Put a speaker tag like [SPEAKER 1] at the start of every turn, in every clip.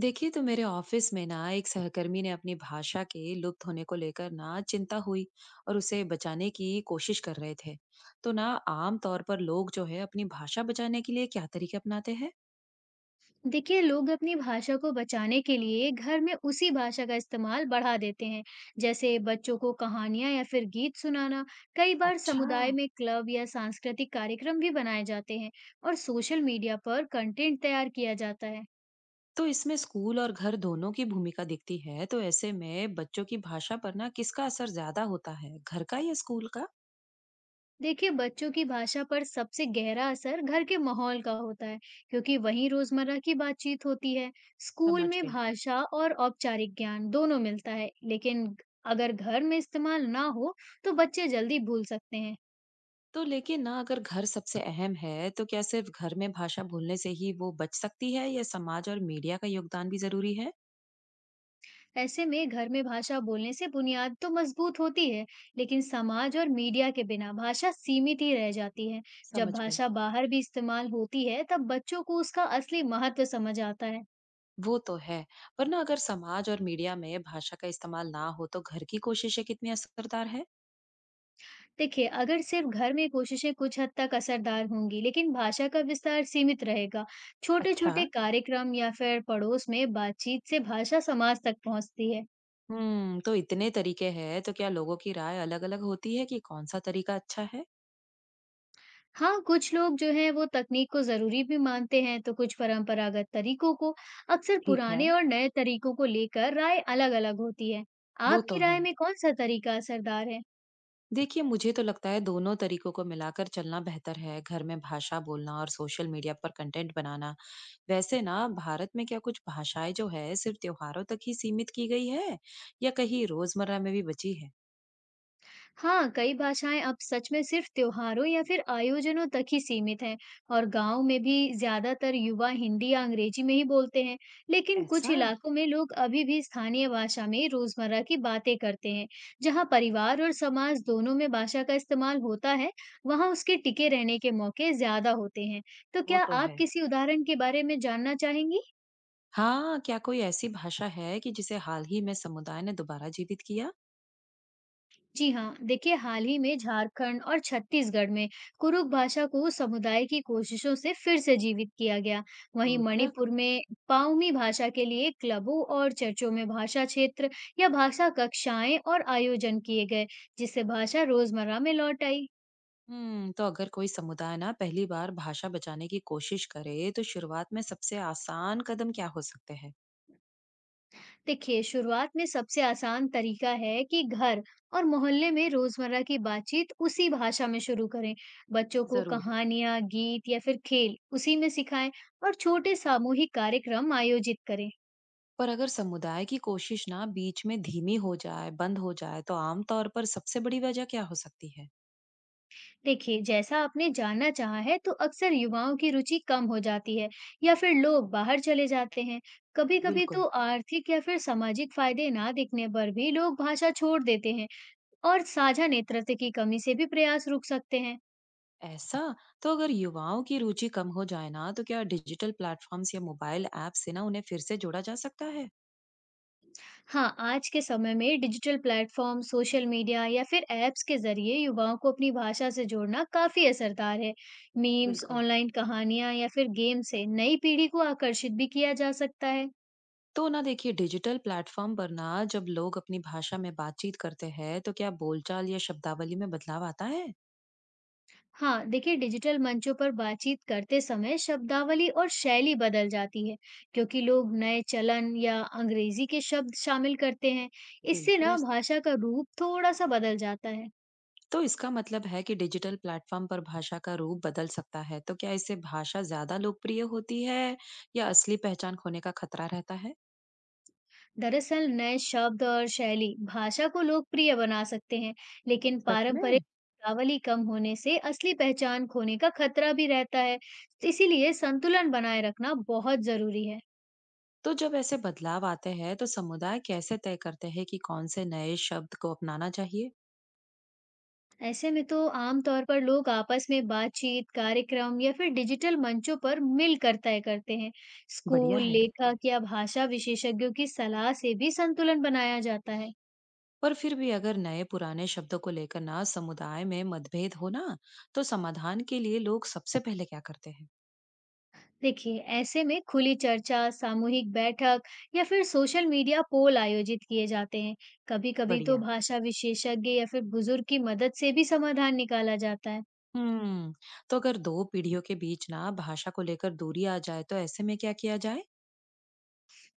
[SPEAKER 1] देखिए, तो मेरे ऑफिस में ना एक सहकर्मी ने अपनी भाषा के लुप्त होने को लेकर ना चिंता हुई और उसे बचाने की कोशिश कर रहे थे। तो ना आम तौर पर लोग जो है अपनी भाषा बचाने के लिए क्या तरीके अपनाते हैं?
[SPEAKER 2] देखिए लोग अपनी भाषा को बचाने के लिए घर में उसी भाषा का इस्तेमाल बढ़ा देते हैं। जैसे बच्चों को कहानियां या फिर गीत सुनाना। कई बार
[SPEAKER 1] अच्छा।
[SPEAKER 2] समुदाय में क्लब या सांस्कृतिक कार्यक्रम भी बनाए जाते हैं। और सोशल मीडिया पर कंटेंट तैयार किया जाता है।
[SPEAKER 1] तो इसमें स्कूल और घर दोनों की भूमिका दिखती है, तो ऐसे में बच्चों की भाषा पर ना किसका असर ज्यादा होता है, घर का या स्कूल का?
[SPEAKER 2] देखिए बच्चों की भाषा पर सबसे गहरा असर घर के माहौल का होता है, क्योंकि वहीं रोजमर्रा की बातचीत होती है। स्कूल
[SPEAKER 1] समझ
[SPEAKER 2] में
[SPEAKER 1] गई।
[SPEAKER 2] भाषा और औपचारिक ज्ञान दोनों मिलता है, लेकिन अगर घर में इस्तेमाल ना हो तो बच्चे जल्दी भूल सकते हैं।
[SPEAKER 1] तो लेकिन ना अगर घर सबसे अहम है, तो क्या सिर्फ घर में भाषा भूलने से ही वो बच सकती है या समाज और मीडिया का योगदान भी जरूरी है?
[SPEAKER 2] ऐसे में घर में भाषा बोलने से बुनियाद तो मजबूत होती है, लेकिन समाज और मीडिया के बिना भाषा सीमित ही रह जाती है। जब
[SPEAKER 1] समझ गई।
[SPEAKER 2] भाषा बाहर भी इस्तेमाल होती है तब बच्चों को उसका असली महत्व समझ आता है।
[SPEAKER 1] वो तो है। पर ना अगर समाज और मीडिया में भाषा का इस्तेमाल ना हो तो घर की कोशिशें कितनी असरदार है?
[SPEAKER 2] देखिए, अगर सिर्फ घर में कोशिशें कुछ हद तक असरदार होंगी, लेकिन भाषा का विस्तार सीमित रहेगा।
[SPEAKER 1] अच्छा।
[SPEAKER 2] छोटे-छोटे कार्यक्रम या फिर पड़ोस में बातचीत से भाषा समाज तक पहुंचती है।
[SPEAKER 1] हम्म, तो इतने तरीके हैं तो क्या लोगों की राय अलग-अलग होती है कि कौन सा तरीका अच्छा है?
[SPEAKER 2] हाँ, कुछ लोग जो हैं वो तकनीक को ज़रूरी भी मानते हैं, तो कुछ परंपरागत तरीकों को। अक्सर
[SPEAKER 1] ठीक है।
[SPEAKER 2] पुराने और नए तरीकों को लेकर राय अलग-अलग होती है।
[SPEAKER 1] वो
[SPEAKER 2] आपकी
[SPEAKER 1] तो है।
[SPEAKER 2] राय में कौन-सा तरीका असरदार है?
[SPEAKER 1] देखिए, मुझे तो लगता है दोनों तरीकों को मिलाकर चलना बेहतर है, घर में भाषा बोलना और सोशल मीडिया पर कंटेंट बनाना। वैसे ना भारत में क्या कुछ भाषाएं जो है सिर्फ त्योहारों तक ही सीमित की गई है या कहीं रोजमर्रा में भी बची है?
[SPEAKER 2] हाँ, कई भाषाएँ अब सच में सिर्फ़ त्योहारों या फिर आयोजनों तक ही सीमित हैं, और गाँव में भी ज़्यादातर युवा हिंदी या अंग्रेजी में ही बोलते हैं। लेकिन कुछ
[SPEAKER 1] ऐसा।
[SPEAKER 2] इलाकों में लोग अभी भी स्थानीय भाषा में रोज़मर्रा की बातें करते हैं। जहाँ परिवार और समाज दोनों में भाषा का इस्तेमाल होता है, वहाँ उसके टिके रहने के मौके ज़्यादा होते हैं। तो
[SPEAKER 1] वो
[SPEAKER 2] क्या
[SPEAKER 1] तो
[SPEAKER 2] आप
[SPEAKER 1] है।
[SPEAKER 2] किसी उदाहरण के बारे में जानना चाहेंगी?
[SPEAKER 1] हाँ, क्या कोई ऐसी भाषा है कि जिसे हाल ही में समुदाय ने दोबारा जीवित किया?
[SPEAKER 2] जी हाँ, देखिए हाल ही में झारखंड और छत्तीसगढ़ में कुरुक भाषा को समुदाय की कोशिशों से फिर से जीवित किया गया। वहीं
[SPEAKER 1] रोचक।
[SPEAKER 2] मणिपुर में पाउमी भाषा के लिए क्लबों और चर्चों में भाषा क्षेत्र या भाषा कक्षाएं और आयोजन किए गए, जिससे भाषा रोजमर्रा में लौट आई।
[SPEAKER 1] तो अगर कोई समुदाय ना पहली बार भाषा बचाने की कोशिश करे, तो शुरुआत में सबसे आसान कदम क्या हो सकते हैं?
[SPEAKER 2] देखिए शुरुआत में सबसे आसान तरीका है कि घर और मोहल्ले में रोजमर्रा की बातचीत उसी भाषा में शुरू करें। बच्चों को
[SPEAKER 1] जरूर।
[SPEAKER 2] कहानियां, गीत या फिर खेल उसी में सिखाएं। और छोटे सामूहिक कार्यक्रम आयोजित करें।
[SPEAKER 1] पर अगर समुदाय की कोशिश ना बीच में धीमी हो जाए, बंद हो जाए, तो आमतौर पर सबसे बड़ी वजह क्या हो सकती है?
[SPEAKER 2] देखिए जैसा आपने जानना चाहा है, तो अक्सर युवाओं की रुचि कम हो जाती है या फिर लोग बाहर चले जाते हैं। कभी कभी तो
[SPEAKER 1] बिल्कुल।
[SPEAKER 2] आर्थिक या फिर सामाजिक फायदे ना दिखने पर भी लोग भाषा छोड़ देते हैं। और साझा नेतृत्व की कमी से भी प्रयास रुक सकते हैं।
[SPEAKER 1] ऐसा। तो अगर युवाओं की रुचि कम हो जाए ना, तो क्या डिजिटल प्लेटफॉर्म्स या मोबाइल ऐप से ना उन्हें फिर से जोड़ा जा सकता है?
[SPEAKER 2] हाँ, आज के समय में डिजिटल प्लेटफ़ॉर्म, सोशल मीडिया या फिर ऐप्स के ज़रिए युवाओं को अपनी भाषा से जोड़ना काफ़ी असरदार है। मीम्स,
[SPEAKER 1] बिल्कुल।
[SPEAKER 2] ऑनलाइन कहानियाँ या फिर गेम से नई पीढ़ी को आकर्षित भी किया जा सकता है।
[SPEAKER 1] तो ना देखिए, डिजिटल प्लेटफॉर्म पर ना जब लोग अपनी भाषा में बातचीत करते हैं तो क्या बोलचाल या शब्दावली में बदलाव आता है?
[SPEAKER 2] हाँ, देखिए डिजिटल मंचों पर बातचीत करते समय शब्दावली और शैली बदल जाती है, क्योंकि लोग नए चलन या अंग्रेज़ी के शब्द शामिल करते हैं। इससे ना
[SPEAKER 1] दिलचस्प।
[SPEAKER 2] भाषा का रूप थोड़ा-सा बदल जाता है।
[SPEAKER 1] तो इसका मतलब है कि डिजिटल प्लेटफॉर्म पर भाषा का रूप बदल सकता है, तो क्या इससे भाषा ज्यादा लोकप्रिय होती है या असली पहचान खोने का खतरा रहता है?
[SPEAKER 2] दरअसल नए शब्द और शैली भाषा को लोकप्रिय बना सकते हैं, लेकिन
[SPEAKER 1] सच में।
[SPEAKER 2] पारंपरिक शब्दावली कम होने से असली पहचान खोने का खतरा भी रहता है। इसीलिए संतुलन बनाए रखना बहुत जरूरी है।
[SPEAKER 1] तो जब ऐसे बदलाव आते हैं तो समुदाय कैसे तय करते हैं कि कौन से नए शब्द को अपनाना चाहिए?
[SPEAKER 2] ऐसे में तो आमतौर पर लोग आपस में बातचीत, कार्यक्रम या फिर डिजिटल मंचों पर मिलकर तय करते हैं।
[SPEAKER 1] बढ़िया
[SPEAKER 2] स्कूल,
[SPEAKER 1] है।
[SPEAKER 2] लेखक या भाषा विशेषज्ञों की सलाह से भी संतुलन बनाया जाता है।
[SPEAKER 1] पर फिर भी अगर नए पुराने शब्दों को लेकर ना समुदाय में मतभेद हो ना, तो समाधान के लिए लोग सबसे पहले क्या करते हैं?
[SPEAKER 2] देखिए ऐसे में खुली चर्चा, सामूहिक बैठक या फिर सोशल मीडिया पोल आयोजित किए जाते हैं। कभी-कभी तो
[SPEAKER 1] बढ़िया।
[SPEAKER 2] भाषा विशेषज्ञ या फिर बुजुर्ग की मदद से भी समाधान निकाला जाता है।
[SPEAKER 1] हम्म। तो अगर दो पीढ़ियों के बीच ना भाषा को लेकर दूरी आ जाए तो ऐसे में क्या किया जाए?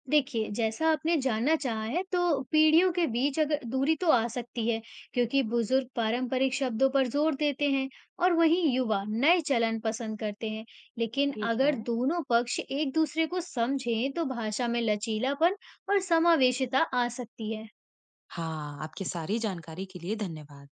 [SPEAKER 2] देखिए, जैसा आपने जानना चाहा है, तो पीढ़ियों के बीच अगर दूरी तो आ सकती है, क्योंकि बुजुर्ग पारंपरिक शब्दों पर जोर देते हैं और वहीं युवा नए चलन पसंद करते हैं। लेकिन
[SPEAKER 1] ठीक
[SPEAKER 2] अगर
[SPEAKER 1] है।
[SPEAKER 2] दोनों पक्ष एक दूसरे को समझें, तो भाषा में लचीलापन और समावेशिता आ सकती है।
[SPEAKER 1] हाँ, आपकी सारी जानकारी के लिए धन्यवाद।